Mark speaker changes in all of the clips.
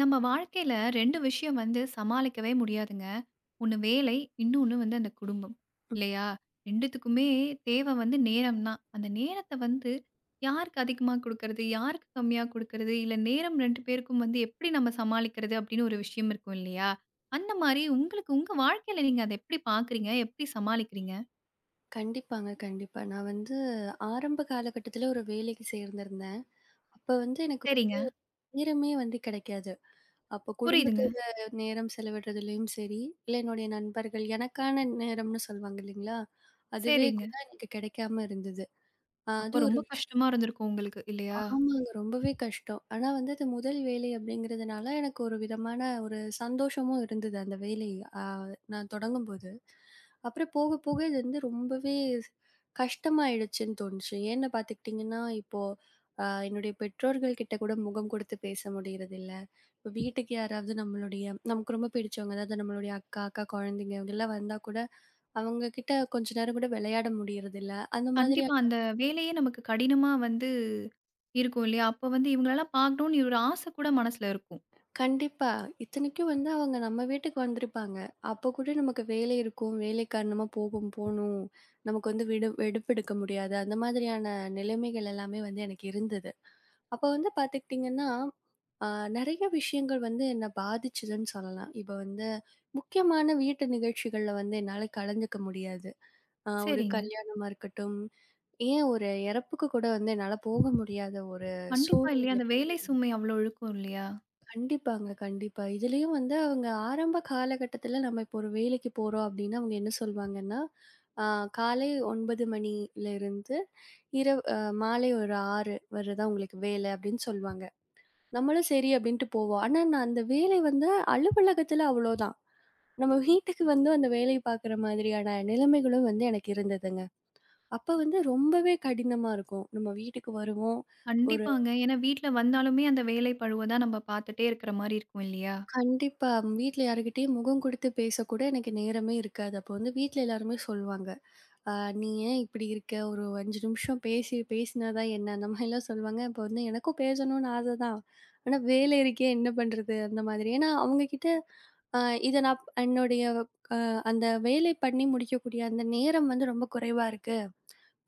Speaker 1: நம்ம வாழ்க்கையில 2 விஷயம் வந்து சமாளிக்கவே முடியாதுங்க. ஒண்ணு வேலை, இன்னொன்னு வந்து அந்த குடும்பம். இல்லையா? 2த்துக்குமே தேவை வந்து நேரம் தான். அந்த நேரத்த வந்து யாருக்கு அதிகமா குடுக்கறது? யாருக்கு கம்மியா குடுக்கறது? இல்ல நேரம் 2 பேருக்கும் வந்து எப்படி நம்ம சமாளிக்கிறது? அப்படின்னு ஒரு விஷயம் இருக்கும் இல்லையா? அந்த மாரி உங்களுக்கு உங்க வாழ்க்கையில நீங்க அத எப்படி பார்க்குறீங்க? எப்படி சமாளிக்கிறீங்க?
Speaker 2: கண்டிப்பாங்க, கண்டிப்பா. நான் வந்து ஆரம்ப காலகட்டத்தில ஒரு வேலைக்கு சேர்ந்திருந்தேன். அப்ப வந்து எனக்கு வந்து
Speaker 1: சரிங்க.
Speaker 2: நேரமே வந்து கிடைக்காது. அப்போ
Speaker 1: புரியுதுங்க.
Speaker 2: குடும்பத்தோட நேரம் செலவிடுறதுலயும் சரி, இல்ல என்னுடைய நண்பர்கள் எனக்கான நேரம்னு சொல்வாங்க இல்லைங்களா? அதுவே
Speaker 1: சரிங்க.
Speaker 2: கூட எனக்கு கிடைக்காம இருந்தது. அது
Speaker 1: அப்ப
Speaker 2: ஒரு
Speaker 1: ரொம்ப
Speaker 2: விஷயம்.
Speaker 1: கஷ்டமா இருந்திருக்கும் உங்களுக்கு இல்லையா?
Speaker 2: ஆமாங்க. ரொம்பவே கஷ்டம். ஆனா வந்து அது முதல் வேலை அப்படிங்கிறதுனால, எனக்கு ஒரு விதமான ஒரு சந்தோஷமும் இருந்தது அந்த வேலை அ நான் தொடங்கும்போது. அப்புறம் போக, போக இது வந்து ரொம்பவே கஷ்டமாயிடுச்சுன்னு தோணுச்சு. ஏன்னு பார்த்துக்கிட்டிங்கன்னா, இப்போ என்னுடைய பெற்றோர்கள் கிட்ட கூட முகம் கொடுத்து பேச முடியறதில்ல. இப்போ வீட்டுக்கு யாராவது நம்மளுடைய நமக்கு ரொம்ப பிடிச்சவங்க, அதாவது நம்மளுடைய அக்கா குழந்தைங்க இவங்கலாம் வந்தா கூட அவங்க கிட்ட கொஞ்ச நேரம் கூட விளையாட முடியறதில்ல. அந்த மாதிரி
Speaker 1: கண்டிப்பா. அந்த வேலையே நமக்கு கடினமா வந்து இருக்கும் இல்லையா? அப்ப வந்து இவங்களலாம் பார்க்கணும்னு ஒரு ஆசை கூட மனசுல இருக்கும்.
Speaker 2: கண்டிப்பா. இத்தனைக்கும் வந்து அவங்க நம்ம வீட்டுக்கு வந்திருப்பாங்க. அப்ப கூட நமக்கு வேலை இருக்கும். வேலை காரணமா போகும் போணும். நமக்கு வந்து விடு எடுப்பெடுக்க முடியாது. அந்த மாதிரியான நிலைமைகள் எல்லாமே வந்து எனக்கு இருந்தது. அப்ப வந்து பார்த்துக்கிட்டிங்கன்னா, அ நெறைய விஷயங்கள் வந்து என்ன பாதிச்சதுன்னு சொல்லலாம். இப்ப வந்து முக்கியமான வீட்டு நிகழ்ச்சிகள்ல வந்து என்னால கலந்துக்க முடியாது. ஒரு
Speaker 1: சரிங்க.
Speaker 2: கல்யாணமா இருக்கட்டும், ஏன் ஒரு இறப்புக்கு கூட வந்து என்னால போக முடியாத ஒரு
Speaker 1: கண்டிப்பா இல்லையா?
Speaker 2: சூழ்நிலை
Speaker 1: அந்த
Speaker 2: வந்து
Speaker 1: வேலை சுமை அவ்ளோ இழுக்கும் இல்லையா?
Speaker 2: கண்டிப்பாங்க, கண்டிப்பா. இதுலயும் வந்து அவங்க ஆரம்ப காலகட்டத்துல நம்ம இப்போ ஒரு வேலைக்கு போறோம் அப்டின்னா, அவங்க என்ன சொல்வாங்கன்னா, அ காலை 9 மணிலருந்து இரவு மாலை ஒரு 6 வர தான் உங்களுக்கு வேலை அப்டின்னு சொல்வாங்க. நம்மளும் சரி அப்டின்ட்டு போவோம். ஆனா, நான் அந்த வேலை வந்து அலுவலகத்துல அவ்ளோதான். நம்ம வீட்டுக்கு வந்து அந்த வேலைய பாக்குற மாதிரியான நிலைமைகளும் வந்து எனக்கு இருந்ததுங்க. அப்ப வந்து ரொம்பவே கடினமா இருக்கும். நம்ம வீட்டுக்கு வருவோம். ஒரு
Speaker 1: கண்டிப்பாங்க. ஏன்னா வீட்ல வந்தாலுமே அந்த வேலை பழுவ தான் நம்ம பார்த்துட்டே இருக்கிற மாரி இருக்கும் இல்லையா?
Speaker 2: கண்டிப்பா. வீட்ல யார்கிட்டயும் முகம் குடுத்து பேசக்கூட எனக்கு நேரமே இருக்காது. அப்போ வந்து வீட்ல எல்லாருமே சொல்லுவாங்க. "அ நீ ஏன் இப்படி இருக்க? ஒரு 5 நிமிஷம் பேசி பேசினா தான் என்ன?" அந்த மாதிரிலாம் சொல்லுவாங்க. அப்போ வந்து எனக்கும் பேசணும்னு ஆசை தான். ஆனா வேலை இருக்கே என்ன பண்றது? அந்த மாதிரி. ஏன்னா அவங்க கிட்ட அ இத நான் என்னுடைய அ அந்த வேலை பண்ணி முடிக்கக்கூடிய அந்த நேரம் வந்து ரொம்ப குறைவா இருக்கு.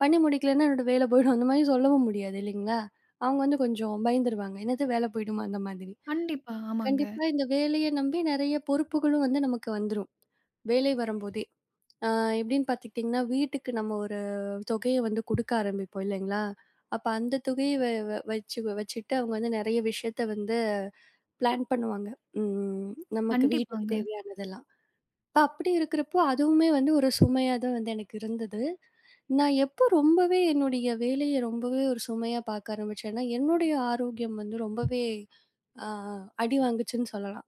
Speaker 2: பண்ணி முடிக்கலன்னா என்னோட வேலை போயிடும். அந்த மாதிரி சொல்லவும் முடியாது இல்லைங்களா? அவங்க வந்து கொஞ்சம் பயந்துருவாங்க. "என்னது வேலை போயிடுமா?" அந்த மாதிரி.
Speaker 1: கண்டிப்பா. ஆமாங்க.
Speaker 2: கண்டிப்பா இந்த வேலைய நம்பி நெறைய பொறுப்புகளும் வந்து நமக்கு வந்துரும். வேலை வரும்போதே. ஆ எப்படின்னு பார்த்துக்கிட்டிங்கன்னா, வீட்டுக்கு நம்ம ஒரு தொகைய வந்து குடுக்க ஆரம்பிப்போம் இல்லைங்களா? அப்ப அந்த தொகைய வ வ வச்சு வச்சுட்டு அவங்க வந்து நெறைய விஷயத்த வந்து பிளான் பண்ணுவாங்க. ம் நமக்கு வீட்டுக்கு
Speaker 1: கண்டிப்பாங்க.
Speaker 2: தேவையானதெல்லாம். அப்ப அப்படி இருக்கிறப்போ, அதுவுமே வந்து ஒரு சுமையா தான் வந்து எனக்கு இருந்தது. நான் எப்போ ரொம்பவே என்னுடைய வேலைய ரொம்பவே ஒரு சுமையா பார்க்க ஆரம்பிச்சேன்னா, என்னுடைய ஆரோக்கியம் வந்து ரொம்பவே ஆ அடி வாங்குச்சுன்னு சொல்லலாம்.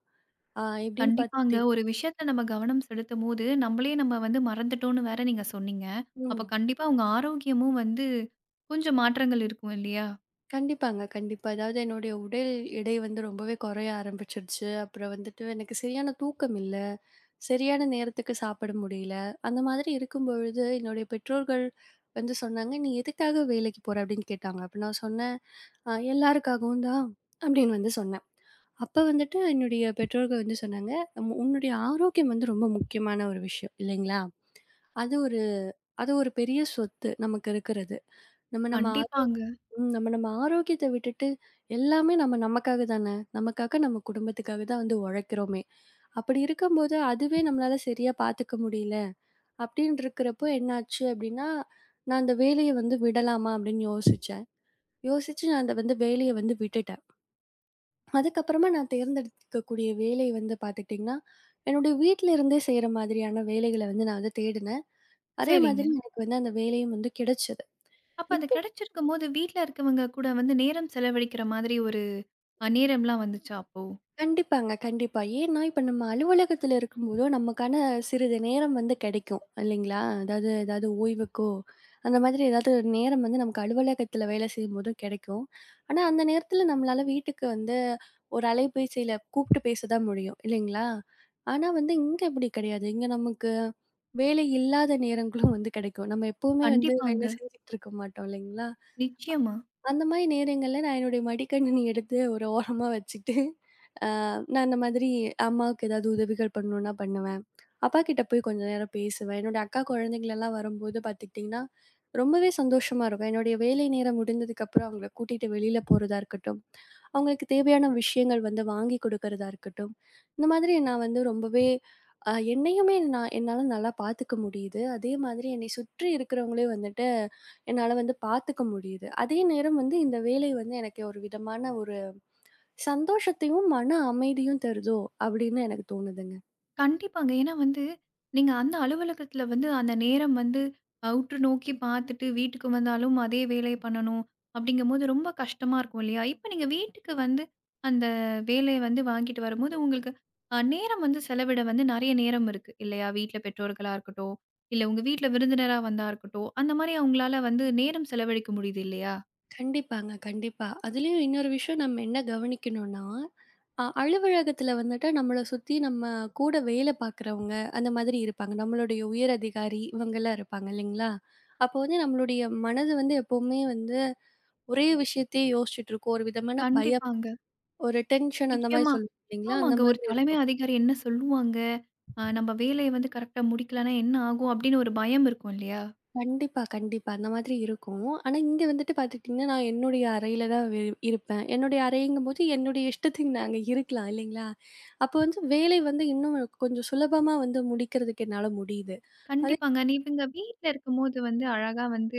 Speaker 2: ஆ எப்படின்னு
Speaker 1: கண்டிப்பாங்க.
Speaker 2: பாத்தீங்க
Speaker 1: ஒரு விஷயத்துல நம்ம கவனம் செலுத்தும்போது, நம்மளே நம்ம வந்து மறந்துட்டோம்னு வேற நீங்க சொன்னீங்க.
Speaker 2: ம்.
Speaker 1: அப்ப கண்டிப்பா உங்க ஆரோக்கியமும் வந்து கொஞ்சம் மாற்றங்கள் இருக்கும் இல்லையா?
Speaker 2: கண்டிப்பாங்க, கண்டிப்பா. அதாவது என்னுடைய உடல் எடை வந்து ரொம்பவே குறைய ஆரம்பிச்சிருச்சு. அப்புறம் வந்துட்டு எனக்கு சரியான தூக்கம் இல்ல. சரியான நேரத்துக்கு சாப்பிட முடியல. அந்த மாதிரி இருக்கும்பொழுது என்னுடைய பெற்றோர்கள் வந்து சொன்னாங்க, "நீ எதுக்காக வேலைக்கு போற?" அப்படின்னு கேட்டாங்க. அப்ப நான் சொன்னேன், எல்லாருக்காகவும் தான்" அப்படின்னு வந்து சொன்னேன். அப்ப வந்துட்டு என்னுடைய பெற்றோர்கள் வந்து சொன்னாங்க, உன்னுடைய ஆரோக்கியம் வந்து ரொம்ப முக்கியமான ஒரு விஷயம் இல்லைங்களா? அது ஒரு அது ஒரு பெரிய சொத்து நமக்கு இருக்கிறது. நம்ம நம்ம
Speaker 1: கண்டிப்பாங்க.
Speaker 2: ஆரோக்கியத்த ம். நம்ம நம்ம ஆரோக்கியத்த விட்டுட்டு, எல்லாமே நம்ம நமக்காக தான. நமக்காக, நம்ம குடும்பத்துக்காக தான் வந்து உழைக்கிறோமே. அப்படி இருக்கும்போது, அதுவே நம்மளால சரியா பார்த்துக்க முடியல, அப்படின்னு இருக்கிறப்போ என்னாச்சு அப்படின்னா, நான் அந்த வேலைய வந்து விடலாமா அப்படின்னு யோசிச்சேன். யோசிச்சு நான் அத வந்து வேலைய வந்து விட்டுட்டேன். அதுக்கப்புறமா நான் தேர்ந்தெடுக்கக்கூடிய வேலை வந்து பார்த்துக்கிட்டீங்கன்னா, என்னுடைய வீட்ல இருந்தே செய்ற மாதிரியான வேலைகள வந்து நான் வந்து தேடினேன். அதே
Speaker 1: சரிங்க.
Speaker 2: மாதிரி எனக்கு வந்து அந்த வேலையும் வந்து கிடைச்சது.
Speaker 1: அப்ப அந்த கிடைச்சிருக்கும்போது, வீட்ல இருக்கவங்க கூட வந்து நேரம் செலவழிக்கிற மாதிரி ஒரு நேரம்லாம் வந்துச்சா அப்போ?
Speaker 2: கண்டிப்பாங்க, கண்டிப்பா. ஏன்னா, இப்ப நம்ம அலுவலகத்துல இருக்கும்போதோ, நமக்கான சிறிது நேரம் வந்து கிடைக்கும், இல்லைங்களா? அதாவது ஏதாவது ஓய்வுக்கோ, அந்த மாதிரி ஏதாவது நேரம் வந்து நமக்கு அலுவலகத்துல வேலை செய்யும்போது கிடைக்கும். ஆனா, அந்த நேரத்துல நம்மளால வீட்டுக்கு வந்து ஒரு அலைபேசியில கூப்பிட்டு பேச தான் முடியும், இல்லைங்களா? ஆனா வந்து இங்க அப்படி கிடையாது. இங்க நமக்கு வேலை இல்லாத நேரங்களும் வந்து கிடைக்கும். நம்ம எப்பவுமே வந்து
Speaker 1: கண்டிப்பாங்க.
Speaker 2: வேலை செஞ்சுட்டு இருக்க மாட்டோம், இல்லைங்களா?
Speaker 1: நிச்சயமா.
Speaker 2: அந்த மாரி நேரங்கள்ல நான் என்னுடைய மடிக்கணினி எடுத்து ஒரு ஓரமா வச்சுட்டு நான் இந்த மாதிரி அம்மாவுக்கு ஏதாவது உதவிகள் பண்ணணும்னா பண்ணுவேன். அப்பாகிட்ட போய் கொஞ்ச நேரம் பேசுவேன். என்னோட அக்கா குழந்தைங்களலாம் வரும்போது பார்த்துக்கிட்டிங்கன்னா, ரொம்பவே சந்தோஷமா இருக்கும். என்னுடைய வேலை நேரம் முடிந்ததுக்கப்புறம் அவங்கள கூட்டிட்டு வெளியில போறதா இருக்கட்டும், அவங்களுக்கு தேவையான விஷயங்கள் வந்து வாங்கி கொடுக்கறதா இருக்கட்டும், இந்த மாதிரி நான் வந்து ரொம்பவே என்னையுமே நான் என்னால நல்லா பார்த்துக்க முடியுது. அதே மாதிரி என்னை சுற்றி இருக்கிறவங்களையும் வந்துட்டு என்னால வந்து பார்த்துக்க முடியுது. அதே நேரம் வந்து இந்த வேலை வந்து எனக்கு ஒரு விதமான ஒரு சந்தோஷத்தையும், மன அமைதியும் தருதோ! அப்படின்னு எனக்கு தோணுதுங்க.
Speaker 1: கண்டிப்பாங்க. ஏன்னா வந்து, நீங்க அந்த அலுவலகத்துல வந்து அந்த நேரம் வந்து உற்று நோக்கி பார்த்துட்டு வீட்டுக்கு வந்தாலும் அதே வேலைய பண்ணணும். அப்படிங்கும்போது ரொம்ப கஷ்டமா இருக்கும் இல்லையா? இப்ப நீங்க வீட்டுக்கு வந்து அந்த வேலைய வந்து வாங்கிட்டு வரும்போது உங்களுக்கு நேரம் வந்து செலவிட வந்து நெறைய நேரம் இருக்கு இல்லையா? வீட்ல பெற்றோர்களா இருக்கட்டும், இல்ல உங்க வீட்ல விருந்தினரா வந்தா இருக்கட்டும், அந்த மாரி அவங்களால வந்து நேரம் செலவழிக்க முடியுது இல்லையா?
Speaker 2: கண்டிப்பாங்க, கண்டிப்பா. அதுலயும் இன்னொரு விஷயம் நம்ம என்ன கவனிக்கணும்னா, அலுவலகத்துல வந்துட்டு நம்மள சுத்தி நம்ம கூட வேலை பார்க்குறவங்க, அந்த மாதிரி இருப்பாங்க. நம்மளுடைய உயர் அதிகாரி இவங்கலாம் இருப்பாங்க இல்லைங்களா? அப்போ வந்து நம்மளுடைய மனது வந்து எப்பவுமே வந்து ஒரே விஷயத்தையே யோசிச்சுட்டு இருக்கும். ஒரு விதமான பயம்,
Speaker 1: கண்டிப்பாங்க.
Speaker 2: ஒரு டென்ஷன் அந்த மாரி
Speaker 1: நிச்சயமா.
Speaker 2: சொல்லுவோம் இல்லைங்களா? அந்த
Speaker 1: ஆமாங்க. ஒரு
Speaker 2: மாதிரி
Speaker 1: தலைமை
Speaker 2: இருக்கும்.
Speaker 1: அதிகாரி என்ன சொல்லுவாங்க? நம்ம வேலைய வந்து கரெக்ட்டா முடிக்கலன்னா என்ன ஆகும்? அப்படின்னு ஒரு பயம் இருக்கும் இல்லையா?
Speaker 2: கண்டிப்பா, கண்டிப்பா. அந்த மாதிரி இருக்கும். ஆனா, இங்க வந்துட்டு பார்த்துக்கிட்டீங்கன்னா, நான் என்னுடைய அறையில தான் இருப்பேன். என்னுடைய அறைங்கும்போது, என்னுடைய இஷ்டத்துக்கு நாங்க இருக்கலாம் இல்லைங்களா? அப்போ வந்து வேலை வந்து இன்னும் கொஞ்சம் சுலபமா வந்து முடிக்கிறதுக்கு என்னால முடியுது. அதே
Speaker 1: கண்டிப்பாங்க. நீங்க வீட்ல இருக்கும்போது வந்து அழகா வந்து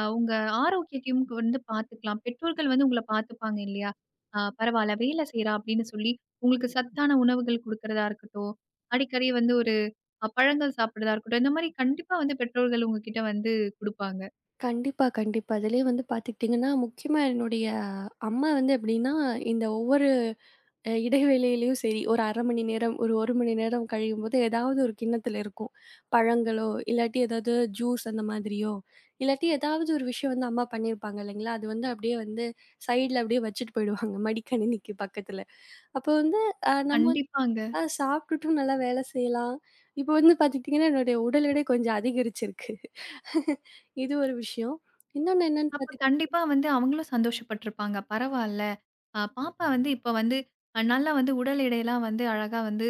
Speaker 1: உங்க ஆரோக்கியத்தையும் வந்து பார்த்துக்கலாம். பெற்றோர்கள் வந்து உங்கள பார்த்துப்பாங்க இல்லையா? பரவால்ல வேலை செய்றா அப்படின்னு சொல்லி உங்களுக்கு சத்தான உணவுகள் குடுக்கிறதா இருக்கட்டும், அடிக்கடி வந்து ஒரு பழங்கள் சாப்பிடுறதா இருக்கட்டும், இந்த மாரி கண்டிப்பா வந்து பெற்றோர்கள் உங்ககிட்ட வந்து குடுப்பாங்க.
Speaker 2: கண்டிப்பா, கண்டிப்பா. அதிலயே வந்து பார்த்துக்கிட்டீங்கன்னா, முக்கியமா என்னுடைய அம்மா வந்து எப்படின்னா, இந்த ஒவ்வொரு இடைவேளையிலயும் சரி, ஒரு 1/2 மணி நேரம், ஒரு 1 மணி நேரம் கழியும்போது, ஏதாவது ஒரு கிண்ணத்துல இருக்கும். பழங்களோ, இல்லாட்டி ஏதாவது ஜூஸ் அந்த மாதிரியோ, இல்லாட்டி ஏதாவது ஒரு விஷயம் வந்து அம்மா பண்ணியிருப்பாங்க இல்லைங்களா? அது வந்து அப்படியே வந்து சைடுல அப்படியே வச்சுட்டு போயிடுவாங்க, மடிக்கணினிக்கு பக்கத்துல. அப்போ வந்து நம்ம வந்து
Speaker 1: கண்டிப்பாங்க.
Speaker 2: நல்லா சாப்பிட்டுட்டும் நல்லா வேலை செய்யலாம். இப்போ வந்து பார்த்துக்கிட்டிங்கன்னா, என்னுடைய உடல் எடை கொஞ்சம் அதிகரிச்சிருக்கு. இது ஒரு விஷயம். இன்னொன்னு என்னன்னு
Speaker 1: அப்ப
Speaker 2: பார்த்தீங்கன்னா
Speaker 1: கண்டிப்பா வந்து அவங்களும் சந்தோஷப்பட்டுருப்பாங்க. பரவால்ல. பாப்பா வந்து இப்ப வந்து நல்லா வந்து உடல் எடையெல்லாம் வந்து அழகா வந்து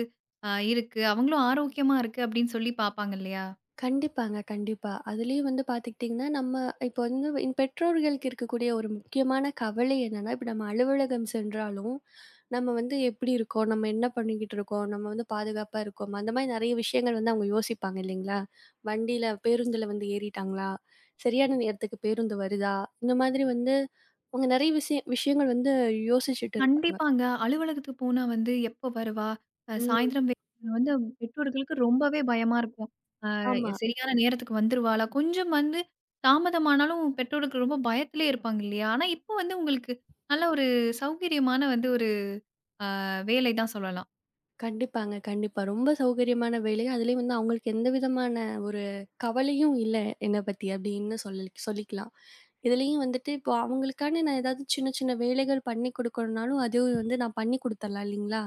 Speaker 1: இருக்கு. அவங்களும் ஆரோக்கியமா இருக்கு அப்படின்னு சொல்லி பாப்பாங்க இல்லையா?
Speaker 2: கண்டிப்பாங்க, கண்டிப்பா. அதுலயும் வந்து பார்த்துக்கிட்டீங்கன்னா, நம்ம இப்போ வந்து என் பெற்றோர்களுக்கு இருக்கக்கூடிய ஒரு முக்கியமான கவலை என்னன்னா, இப்ப நம்ம அலுவலகம் சென்றாலும், நம்ம வந்து எப்படி இருக்கோம்? நம்ம என்ன பண்ணிக்கிட்டு இருக்கோம்? நம்ம வந்து பாதுகாப்பா இருக்கோமா? அந்த மாரி நெறைய விஷயங்கள் வந்து அவங்க யோசிப்பாங்க இல்லைங்களா? வண்டியில பேருந்துல வந்து ஏறிட்டாங்களா? சரியான நேரத்துக்கு பேருந்து வருதா? இந்த மாதிரி வந்து அவங்க நெறைய விஷயங்கள் வந்து யோசிச்சுட்டு இருப்பாங்க.
Speaker 1: கண்டிப்பாங்க. அலுவலகத்துக்கு போனா வந்து எப்போ வருவா? அ
Speaker 2: ம்.
Speaker 1: சாயந்திரம் வே வந்து பெற்றோர்களுக்கு ரொம்பவே பயமா இருக்கும். அ
Speaker 2: ஆமா.
Speaker 1: சரியான நேரத்துக்கு வந்துருவாளா? கொஞ்சம் வந்து தாமதமானாலும் பெற்றோருக்கு ரொம்ப பயத்திலே இருப்பாங்க இல்லையா? ஆனா இப்போ வந்து உங்களுக்கு நல்ல ஒரு சௌகரியமான வந்து ஒரு வேலை தான் சொல்லலாம்.
Speaker 2: கண்டிப்பாங்க, கண்டிப்பா. ரொம்ப சௌகரியமான வேலை. அதிலயும் வந்து அவங்களுக்கு எந்த விதமான ஒரு கவலையும் இல்ல, என்ன பத்தி அப்படின்னு சொல்லி சொல்லிக்கலாம். இதுலயும் வந்துட்டு இப்போ அவங்களுக்கான நான் ஏதாவது சின்ன சின்ன வேலைகள் பண்ணி குடுக்கணும்னாலும், அதுவும் வந்து நான் பண்ணி குடுத்துர்லாம் இல்லீங்களா?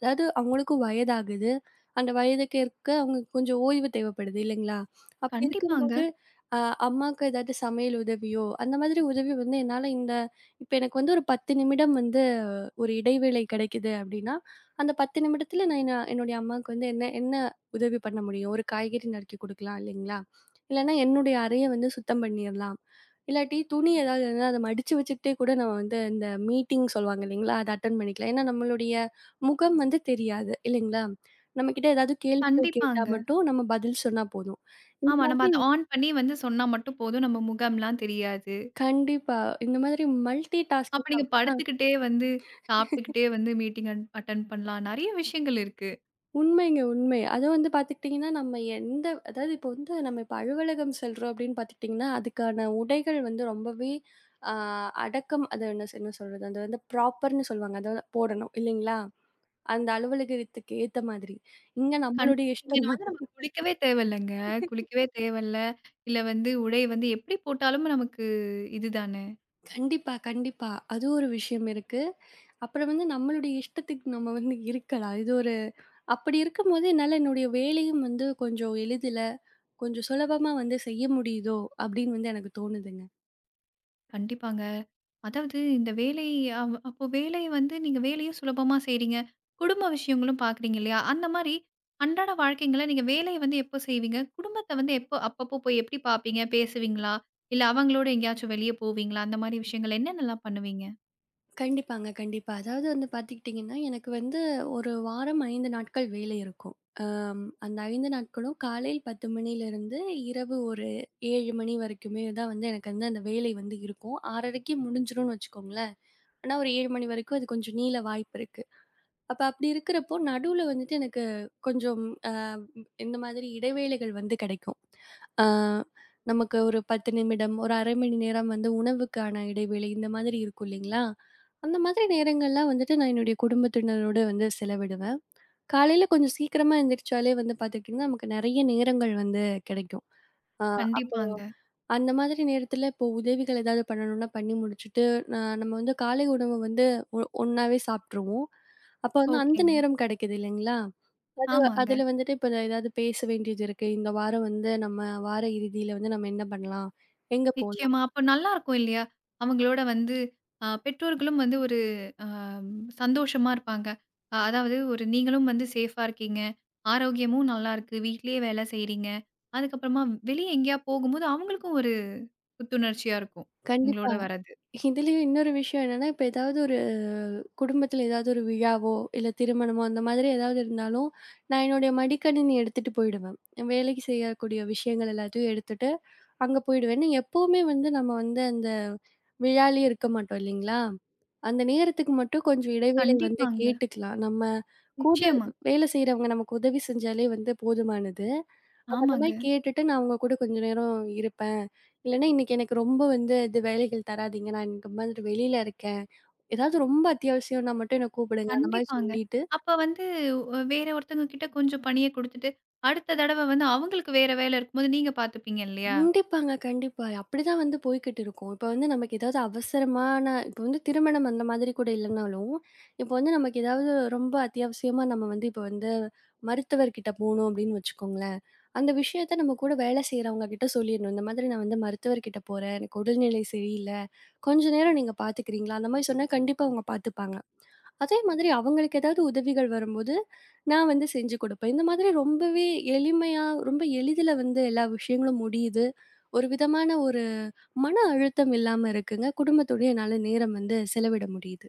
Speaker 2: அதாவது அவங்களுக்கும் வயதாகுது. அந்த வயதுக்கு ஏற்க அவங்களுக்கு கொஞ்சம் ஓய்வு தேவைப்படுது இல்லைங்களா? அப்படி இருக்கும்போது
Speaker 1: கண்டிப்பாங்க,
Speaker 2: அ அம்மாக்கு ஏதாவது சமையல் உதவியோ, அந்த மாதிரி உதவி வந்து என்னால இந்த இப்ப எனக்கு வந்து ஒரு 10 நிமிடம் வந்து ஒரு இடைவேளை கிடைக்குது அப்படின்னா, அந்த 10 நிமிடத்துல நான் என்ன என்னுடைய அம்மாவுக்கு வந்து என்ன என்ன உதவி பண்ண முடியும்? ஒரு காய்கறி நறுக்கி குடுக்கலாம் இல்லைங்களா? இல்லன்னா என்னுடைய அறைய வந்து சுத்தம் பண்ணிரலாம். இல்லாட்டி துணி ஏதாவது இருந்தா அத மடிச்சு வச்சுக்கிட்டே கூட நம்ம வந்து இந்த மீட்டிங் சொல்லுவாங்க இல்லைங்களா? அத அட்டெண்ட் பண்ணிக்கலாம். ஏன்னா நம்மளுடைய முகம் வந்து தெரியாது இல்லைங்களா? நம்மகிட்ட ஏதாவது கேள்விகள் கேட்டா
Speaker 1: கண்டிப்பாங்க.
Speaker 2: மட்டும் நம்ம பதில் சொன்னா போதும். இந்த
Speaker 1: ஆமா. நம்ம
Speaker 2: மாதிரி
Speaker 1: அத ஆன் பண்ணி வந்து சொன்னா மட்டும் போதும். நம்ம முகம்லாம் தெரியாது.
Speaker 2: கண்டிப்பா. இந்த மாதிரி மல்டி
Speaker 1: அப்ப
Speaker 2: டாஸ்கிங்
Speaker 1: நீங்க
Speaker 2: அப்டின்னா
Speaker 1: படுத்துக்கிட்டே வந்து சாப்பிட்டுக்கிட்டே வந்து மீட்டிங் அட்டெண்ட் பண்ணலாம். நெறைய விஷயங்கள் இருக்கு.
Speaker 2: உண்மைங்க உண்மை. அதுவும் வந்து பார்த்துக்கிட்டீங்கன்னா, நம்ம எந்த அதாவது இப்போ வந்து நம்ம இப்ப அலுவலகம் செல்றோம் அப்படின்னு பார்த்துக்கிட்டிங்கன்னா, அதுக்கான உடைகள் வந்து ரொம்பவே அ அடக்கம் அது என்ன என்ன சொல்றது? அது வந்து ப்ராப்பர்ன்னு சொல்லுவாங்க. அத போடணும் இல்லைங்களா? அந்த அலுவலகத்துக்கு ஏத்த மாதிரி. இங்க
Speaker 1: கண்டிப்பா
Speaker 2: நம்மளுடைய
Speaker 1: இங்க
Speaker 2: இஷ்டம் தான்.
Speaker 1: வந்து நம்ம குளிக்கவே தேவையில்லங்க. குளிக்கவே தேவையில்ல. இல்ல வந்து உடை வந்து எப்படி போட்டாலும் நமக்கு இதுதான.
Speaker 2: கண்டிப்பா, கண்டிப்பா. அது ஒரு விஷயம் இருக்கு. அப்புறம் வந்து நம்மளுடைய இஷ்டத்துக்கு நம்ம வந்து இருக்கலாம். இது ஒரு அப்படி இருக்கும்போது என்னால என்னுடைய வேலையும் வந்து கொஞ்சம் எளிதில, கொஞ்சம் சுலபமா வந்து செய்ய முடியுதோ! அப்படின்னு வந்து எனக்கு தோணுதுங்க.
Speaker 1: கண்டிப்பாங்க. அதாவது இந்த வேலை அப்போ வேலை வந்து நீங்க வேலையும் சுலபமா செய்றீங்க. குடும்ப விஷயங்களும் பார்க்குறீங்க இல்லையா? அந்த மாரி அன்றாட வாழ்க்கைங்கள்ல நீங்க வேலைய வந்து எப்போ செய்வீங்க? குடும்பத்த வந்து எப்போ அப்பப்போ போய் எப்படி பார்ப்பீங்க? பேசுவீங்களா? இல்ல அவங்களோட எங்கேயாச்சும் வெளிய போவீங்களா? அந்த மாரி விஷயங்கள் என்னென்னலாம் பண்ணுவீங்க?
Speaker 2: கண்டிப்பாங்க, கண்டிப்பா. அதாவது வந்து பார்த்துக்கிட்டிங்கன்னா, எனக்கு வந்து 1 வாரம் 5 நாட்கள் வேலை இருக்கும். அந்த 5 நாட்களும் காலையில் 10 மணியிலிருந்து இரவு ஒரு 7 மணி வரைக்குமே தான் வந்து எனக்கு வந்து அந்த வேலை வந்து இருக்கும். 6:30க்கு முடிஞ்சிரும்னு வச்சுக்கோங்களேன். ஆனா ஒரு 7 மணி வரைக்கும் அது கொஞ்சம் நீள வாய்ப்பு இருக்கு. அப்ப அப்படி இருக்கிறப்போ, நடுவுல வந்துட்டு எனக்கு கொஞ்சம் அ இந்த மாதிரி இடைவேளைகள் வந்து கிடைக்கும். அ நமக்கு ஒரு 10 நிமிடம், ஒரு 1/2 மணி நேரம் வந்து உணவுக்கான இடைவேளை இந்த மாதிரி இருக்கும் இல்லைங்களா? அந்த மாதிரி நேரங்கள்லாம் வந்துட்டு நான் என்னுடைய குடும்பத்தினரோட வந்து செலவிடுவேன். காலையில கொஞ்சம் சீக்கிரமா எந்திரிச்சாலே வந்து பார்த்துக்கிட்டிங்கன்னா, நமக்கு நெறைய நேரங்கள் வந்து கிடைக்கும். அ அப்ப
Speaker 1: கண்டிப்பாங்க.
Speaker 2: அந்த மாதிரி நேரத்துல இப்போ உதவிகள் ஏதாவது பண்ணணும்னா பண்ணி முடிச்சுட்டு, நம்ம வந்து காலை உணவு வந்து ஒண்ணாவே சாப்ட்டுருவோம். அப்ப வந்து அந்த
Speaker 1: ஓகேங்க.
Speaker 2: நேரம் கிடைக்குது இல்லைங்களா?
Speaker 1: ஆமாங்க.
Speaker 2: அதுல வந்துட்டு இப்ப ஏதாவது பேச வேண்டியது இருக்கு. இந்த வாரம் வந்து நம்ம வார இறுதியில வந்து நம்ம என்ன பண்ணலாம்? எங்க போலாம்?
Speaker 1: நிச்சயமா. அப்ப நல்லாருக்கும் இல்லையா? அவங்களோட வந்து பெற்றோர்களும் வந்து ஒரு அ சந்தோஷமா இருப்பாங்க. அதாவது ஒரு நீங்களும் வந்து சேஃபா இருக்கீங்க. ஆரோக்கியமும் நல்லாருக்கு. வீட்லயே வேலை செய்றீங்க. அதுக்கப்புறமா வெளிய எங்கேயா போகும்போது அவங்களுக்கும் ஒரு புத்துணர்ச்சியா இருக்கும்.
Speaker 2: கண்டிப்பா.
Speaker 1: உங்களோட வர்றது.
Speaker 2: இதுலயும் இன்னொரு விஷயம் என்னன்னா, இப்ப ஏதாவது ஒரு குடும்பத்துல ஏதாவது ஒரு விழாவோ, இல்ல திருமணமோ அந்த மாதிரி ஏதாவது இருந்தாலும், நான் என்னுடைய மடிக்கணினி எடுத்துட்டு போயிடுவேன். வேலைக்கு செய்யக்கூடிய விஷயங்கள் எல்லாத்தையும் எடுத்துட்டு அங்க போயிடுவேன். எப்பவுமே வந்து நம்ம வந்து அந்த விழாலயே இருக்க மாட்டோம் இல்லைங்களா? அந்த நேரத்துக்கு மட்டும் கொஞ்சம் இடைவேளை வந்து
Speaker 1: கண்டிப்பாங்க.
Speaker 2: கேட்டுக்கலாம். நம்ம கூட
Speaker 1: நிச்சயமா.
Speaker 2: வேலை செய்றவங்க நமக்கு உதவி செஞ்சாலே வந்து போதுமானது. அப்ப அந்த
Speaker 1: ஆமாங்க.
Speaker 2: மாரி கேட்டுட்டு நான் அவங்க கூட கொஞ்ச நேரம் இருப்பேன். இல்லன்னா இன்னைக்கு எனக்கு ரொம்ப வந்து இது வேலைகள் தராதீங்க. நான் இந்த மாதிரி வெளியில இருக்கேன். ஏதாவது ரொம்ப அத்தியாவசியம்னா மட்டும் என்ன கூப்பிடுங்க. அந்த மாரி
Speaker 1: கண்டிப்பாங்க.
Speaker 2: சொல்லிட்டு
Speaker 1: அப்ப வந்து வேற ஒருத்தவங்க கிட்ட கொஞ்சம் பணிய குடுத்துட்டு, அடுத்த தடவ வந்து அவங்களுக்கு வேற வேலை இருக்கும்போது நீங்க பார்த்துப்பீங்க இல்லையா?
Speaker 2: கண்டிப்பாங்க, கண்டிப்பா. அப்படிதான் வந்து போய்க்கிட்டு இருக்கும். இப்ப வந்து நமக்கு ஏதாவது அவசரமான இப்ப வந்து திருமணம் அந்த மாதிரி கூட இல்லைனாலும், இப்ப வந்து நமக்கு ஏதாவது ரொம்ப அத்தியாவசியமா நம்ம வந்து இப்ப வந்து மருத்துவர்கிட்ட போணும் அப்படின்னு வச்சுக்கோங்களேன். அந்த விஷயத்த நம்ம கூட வேலை செய்றவங்க கிட்ட சொல்லிடணும். இந்த மாதிரி நான் வந்து மருத்துவர்கிட்ட போறேன். எனக்கு உடல்நிலை சரியில்ல. கொஞ்ச நேரம் நீங்க பார்த்துக்கிறீங்களா? அந்த மாதிரி சொன்னா கண்டிப்பா அவங்க பார்த்துப்பாங்க. அதே மாதிரி அவங்களுக்கு ஏதாவது உதவிகள் வரும்போது, நான் வந்து செஞ்சு குடுப்பேன். இந்த மாதிரி ரொம்பவே எளிமையா, ரொம்ப எளிதில வந்து எல்லா விஷயங்களும் முடியுது. ஒரு விதமான ஒரு மன அழுத்தம் இல்லாம இருக்குங்க. குடும்பத்தோடயே என்னால நேரம் வந்து செலவிட முடியுது.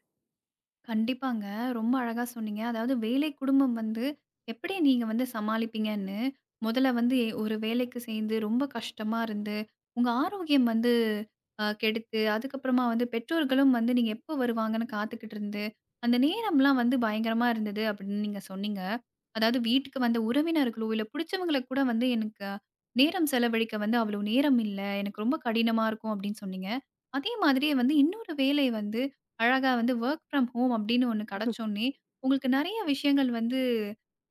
Speaker 1: கண்டிப்பாங்க. ரொம்ப அழகா சொன்னீங்க. அதாவது வேலை, குடும்பம் வந்து எப்படி நீங்க வந்து சமாளிப்பீங்கன்னு, முதல்ல வந்து ஒரு வேலைக்கு சேர்ந்து ரொம்ப கஷ்டமா இருந்து, உங்க ஆரோக்கியம் வந்து கெடுத்து, அதுக்கப்புறமா வந்து பெற்றோர்களும் வந்து நீங்க எப்போ வருவாங்கன்னு காத்துக்கிட்டு இருந்து, அந்த நேரம்லாம் வந்து பயங்கரமா இருந்தது அப்படின்னு நீங்க சொன்னீங்க. அதாவது வீட்டுக்கு வந்த உறவினர்களோ, இல்ல புடிச்சவங்கள கூட வந்து எனக்கு நேரம் செலவழிக்க வந்து அவ்வளோ நேரம் இல்ல. எனக்கு ரொம்ப கடினமா இருக்கும் அப்படின்னு சொன்னீங்க. அதே மாதிரியே வந்து இன்னொரு வேலை வந்து அழகா வந்து வொர்க் ஃப்ரம் ஹோம் அப்படின்னு ஒண்ணு கிடைச்சோனே, உங்களுக்கு நெறைய விஷயங்கள் வந்து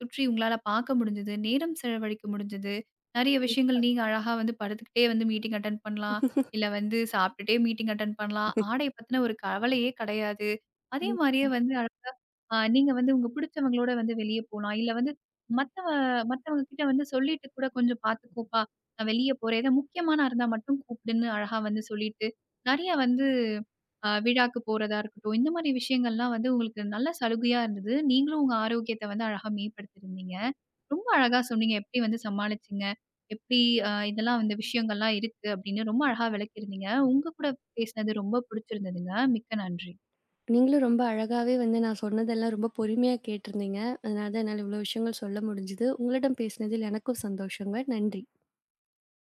Speaker 1: சுற்றி உங்களால பார்க்க முடிஞ்சது. நேரம் செலவழிக்க முடிஞ்சது. நெறைய விஷயங்கள் நீங்க அழகா வந்து படுத்துக்கிட்டே வந்து மீட்டிங் அட்டெண்ட் பண்ணலாம். இல்ல வந்து சாப்பிட்டுட்டே மீட்டிங் அட்டெண்ட் பண்ணலாம். ஆடைய பத்தின ஒரு கவலையே கிடையாது. அதே மாரியே
Speaker 2: கண்டிப்பா.
Speaker 1: வந்து அழகா நீங்க வந்து உங்க புடிச்சவங்களோட வந்து வெளிய போலாம். இல்ல வந்து மத்தவ மத்தவங்க கிட்ட வந்து சொல்லிட்டு கூட "கொஞ்சம் பார்த்துக்கோப்பா, நான் வெளிய போறேன். ஏதோ முக்கியமானா இருந்தா மட்டும் கூப்பிடுன்னு" அழகா வந்து சொல்லிட்டு, நெறைய வந்து விழாக்கு போறதா இருக்கட்டும், இந்த மாரி விஷயங்கள்லாம் வந்து உங்களுக்கு நல்ல சலுகையா இருந்தது. நீங்களும் உங்க ஆரோக்கியத்த வந்து அழகா மேம்படுத்தியிருந்தீங்க. ரொம்ப அழகா சொன்னீங்க. எப்படி வந்து சமாளிச்சீங்க? எப்படி இதெல்லாம் இந்த விஷயங்கள்லாம் இருக்கு அப்படின்னு ரொம்ப அழகா விளக்கியிருந்தீங்க. உங்க கூட பேசினது ரொம்ப பிடிச்சிருந்ததுங்க. மிக்க நன்றி.
Speaker 2: நீங்களும் ரொம்ப அழகாவே வந்து நான் சொன்னதெல்லாம் ரொம்ப பொறுமையா கேட்டிருந்தீங்க. அதனால தான் என்னால இவ்வளோ விஷயங்கள் சொல்ல முடிஞ்சுது. உங்களிடம் பேசினதில் எனக்கும் சந்தோஷங்க. நன்றி.